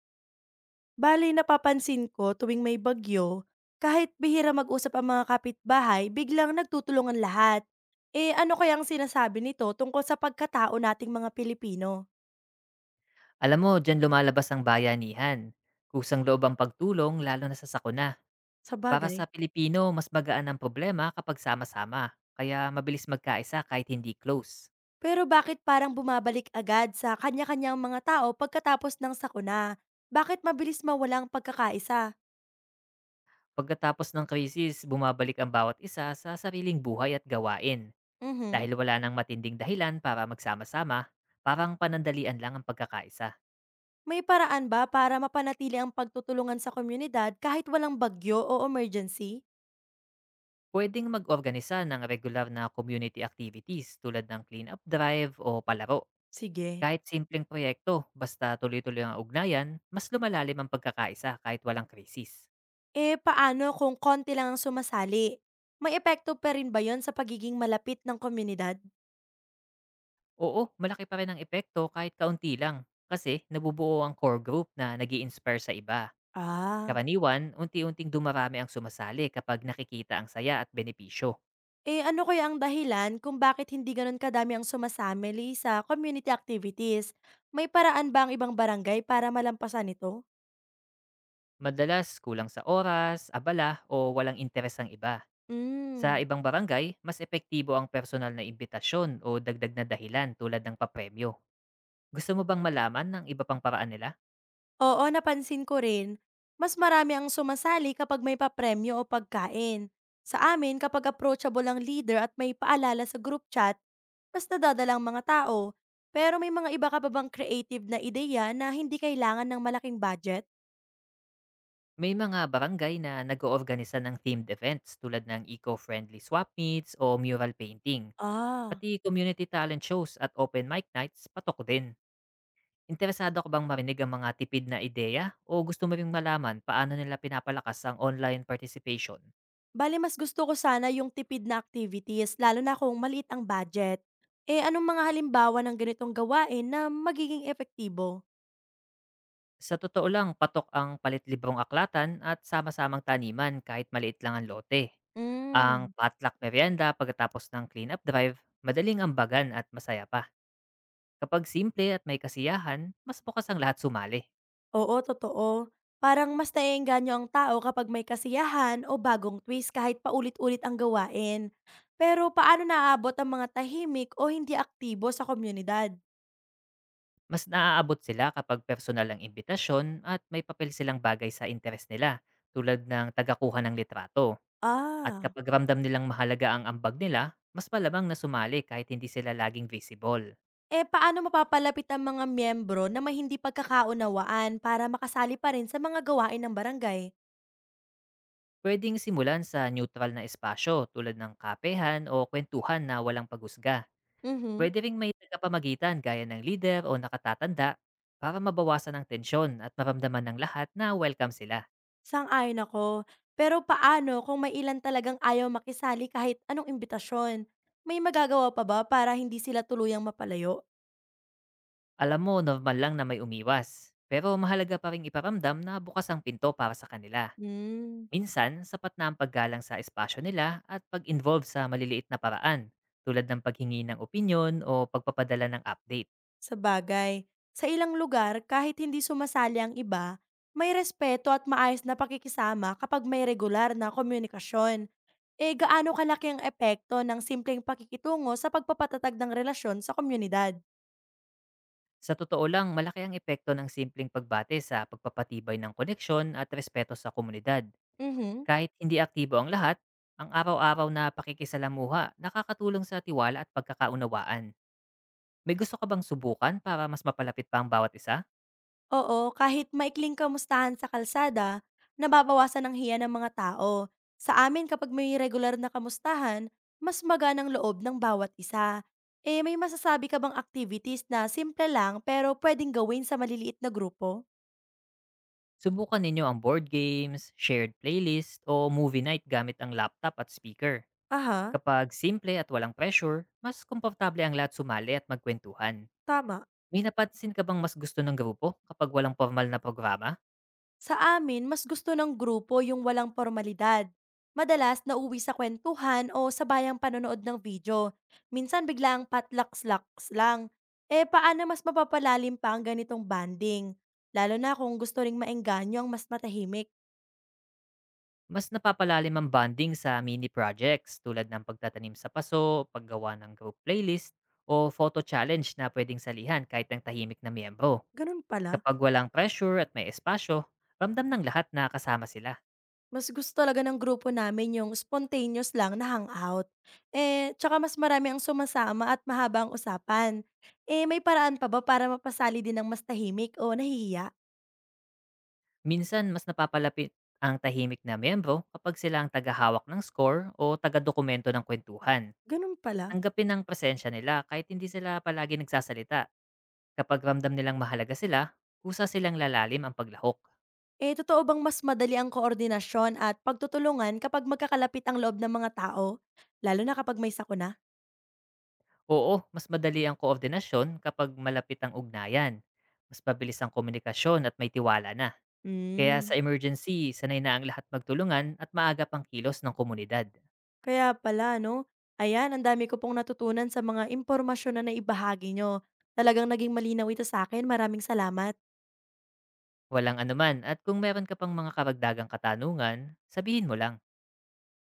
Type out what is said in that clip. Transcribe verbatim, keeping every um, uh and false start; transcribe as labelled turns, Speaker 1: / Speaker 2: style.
Speaker 1: Bale napapansin ko tuwing may bagyo, kahit bihira mag-usap ang mga kapitbahay, biglang nagtutulungan lahat. Eh ano kayang sinasabi nito tungkol sa pagkatao nating mga Pilipino?
Speaker 2: Alam mo, diyan lumalabas ang bayanihan. Kusang loob ang pagtulong lalo na sa sakuna. Para sa
Speaker 1: Sabagay.
Speaker 2: Pilipino, mas magaan ang problema kapag sama-sama. Kaya mabilis magkaisa kahit hindi close.
Speaker 1: Pero bakit parang bumabalik agad sa kanya-kanyang mga tao pagkatapos ng sakuna? Bakit mabilis mawala ang pagkakaisa?
Speaker 2: Pagkatapos ng krisis, bumabalik ang bawat isa sa sariling buhay at gawain.
Speaker 1: Mhm.
Speaker 2: Dahil wala nang matinding dahilan para magsama-sama, parang panandalian lang ang pagkakaisa.
Speaker 1: May paraan ba para mapanatili ang pagtutulungan sa komunidad kahit walang bagyo o emergency?
Speaker 2: Pwedeng mag-organisa ng regular na community activities tulad ng clean-up drive o palaro.
Speaker 1: Sige.
Speaker 2: Kahit simpleng proyekto, basta tuloy-tuloy ang ugnayan, mas lumalalim ang pagkakaisa kahit walang krisis.
Speaker 1: Eh, paano kung konti lang ang sumasali? May epekto pa rin ba yon sa pagiging malapit ng komunidad?
Speaker 2: Oo, malaki pa rin ang epekto kahit kaunti lang kasi nabubuo ang core group na nag inspire sa iba.
Speaker 1: Ah.
Speaker 2: Karaniwan, unti-unting dumarami ang sumasali kapag nakikita ang saya at benepisyo.
Speaker 1: Eh, ano kaya ang dahilan kung bakit hindi ganun kadami ang sumasali sa community activities? May paraan ba ang ibang barangay para malampasan ito?
Speaker 2: Madalas kulang sa oras, abala o walang interes ang iba. Sa
Speaker 1: Mm.
Speaker 2: ibang barangay, mas epektibo ang personal na imbitasyon o dagdag na dahilan tulad ng papremyo. Gusto mo bang malaman ng iba pang paraan nila?
Speaker 1: Oo, napansin ko rin. Mas marami ang sumasali kapag may papremyo o pagkain. Sa amin, kapag approachable ang leader at may paalala sa group chat, mas nadadala ang mga tao. Pero may mga iba ka pa bang creative na ideya na hindi kailangan ng malaking budget?
Speaker 2: May mga barangay na nag-oorganisa ng themed events tulad ng eco-friendly swap meets o mural painting.
Speaker 1: Ah,
Speaker 2: Pati community talent shows at open mic nights patok din. Interesado ka bang marinig ang mga tipid na ideya o gusto mo ring malaman paano nila pinapalakas ang online participation?
Speaker 1: bali mas gusto ko sana yung tipid na activities, lalo na kung maliit ang budget. Eh, anong mga halimbawa ng ganitong gawain na magiging epektibo?
Speaker 2: Sa totoo lang, patok ang palitlibong aklatan at sama-samang taniman kahit maliit lang ang lote. Ang
Speaker 1: Mm.
Speaker 2: potluck merienda pagkatapos ng cleanup drive, madaling ambagan at masaya pa. Kapag simple at may kasiyahan, mas bukas ang lahat sumali.
Speaker 1: Oo, totoo. Parang mas naeengganyo ang tao kapag may kasiyahan o bagong twist kahit paulit-ulit ang gawain. Pero paano naaabot ang mga tahimik o hindi aktibo sa komunidad?
Speaker 2: Mas naaabot sila kapag personal ang imbitasyon at may papel silang bagay sa interes nila, tulad ng tagakuha ng litrato. At
Speaker 1: Ah.
Speaker 2: kapag ramdam nilang mahalaga ang ambag nila, mas malamang na sumali kahit hindi sila laging visible.
Speaker 1: Eh, paano mapapalapit ang mga miyembro na may hindi pagkakaunawaan para makasali pa rin sa mga gawain ng barangay?
Speaker 2: Pwedeng simulan sa neutral na espasyo tulad ng kapehan o kwentuhan na walang paghusga.
Speaker 1: Mhm.
Speaker 2: Pwede ring may tagapamagitan gaya ng leader o nakatatanda para mabawasan ang tensyon at maramdaman ng lahat na welcome sila.
Speaker 1: Sang-ayon ako. Pero paano kung may ilan talagang ayaw makisali kahit anong imbitasyon? May magagawa pa ba para hindi sila tuluyang mapalayo?
Speaker 2: Alam mo, normal lang na may umiwas. Pero mahalaga pa rin iparamdam na bukas ang pinto para sa kanila.
Speaker 1: Hmm.
Speaker 2: Minsan, sapat na ang paggalang sa espasyo nila at pag-involve sa maliliit na paraan, tulad ng paghingi ng opinyon o pagpapadala ng update.
Speaker 1: Sabagay, sa ilang lugar kahit hindi sumasali ang iba, may respeto at maayos na pakikisama kapag may regular na komunikasyon. Eh, gaano kalaki ang epekto ng simpleng pakikitungo sa pagpapatatag ng relasyon sa komunidad?
Speaker 2: Sa totoo lang, malaki ang epekto ng simpleng pagbate sa pagpapatibay ng koneksyon at respeto sa komunidad.
Speaker 1: Mhm.
Speaker 2: Kahit hindi aktibo ang lahat, ang araw-araw na pakikisalamuha nakakatulong sa tiwala at pagkakaunawaan. May gusto ka bang subukan para mas mapalapit pa ang bawat isa?
Speaker 1: Oo, kahit maikling kamustahan sa kalsada, nababawasan ang hiya ng mga tao. Sa amin, kapag may regular na kamustahan, mas maganang loob ng bawat isa. Eh, may masasabi ka bang activities na simple lang pero pwedeng gawin sa maliliit na grupo?
Speaker 2: Subukan ninyo ang board games, shared playlist, o movie night gamit ang laptop at speaker.
Speaker 1: Aha,
Speaker 2: Kapag simple at walang pressure, mas komportable ang lahat sumali at magkwentuhan.
Speaker 1: tama.
Speaker 2: May napansin ka bang mas gusto ng grupo kapag walang formal na programa?
Speaker 1: Sa amin, mas gusto ng grupo yung walang formalidad. Madalas, nauwi sa kwentuhan o sabayang panonood ng video. Minsan, biglaang patlaks-laks lang. Eh, paano mas mapapalalim pa ang ganitong banding? Lalo na kung gusto ring maengganyo ang mas matahimik.
Speaker 2: Mas napapalalim ang bonding sa mini projects tulad ng pagtatanim sa paso, paggawa ng group playlist, o photo challenge na pwedeng salihan kahit ang tahimik na miyembro.
Speaker 1: Ganun pala.
Speaker 2: Kapag walang pressure at may espasyo, ramdam ng lahat na kasama sila.
Speaker 1: Mas gusto talaga ng grupo namin yung spontaneous lang na hangout. Eh, tsaka mas marami ang sumasama at mahabang usapan. Eh, may paraan pa ba para mapasali din ng mas tahimik o nahihiya?
Speaker 2: Minsan mas napapalapit ang tahimik na miyembro kapag sila ang tagahawak ng score o tagadokumento ng kwentuhan.
Speaker 1: Ganun pala.
Speaker 2: Tanggapin ang presensya nila kahit hindi sila palagi nagsasalita. Kapag ramdam nilang mahalaga sila, kusa silang lalalim ang paglahok.
Speaker 1: Eh, totoo bang mas madali ang koordinasyon at pagtutulungan kapag magkakalapit ang loob ng mga tao? Lalo na kapag may sakuna?
Speaker 2: Oo, mas madali ang koordinasyon kapag malapit ang ugnayan. Mas pabilis ang komunikasyon at may tiwala na. Kaya
Speaker 1: Hmm,
Speaker 2: sa emergency, sanay na ang lahat magtulungan at maaga pang kilos ng komunidad.
Speaker 1: kaya pala, no? Ayan, ang dami ko pong natutunan sa mga impormasyon na naibahagi nyo. Talagang naging malinaw ito sa akin. Maraming salamat.
Speaker 2: Walang anuman at kung meron ka pang mga karagdagang katanungan, sabihin mo lang.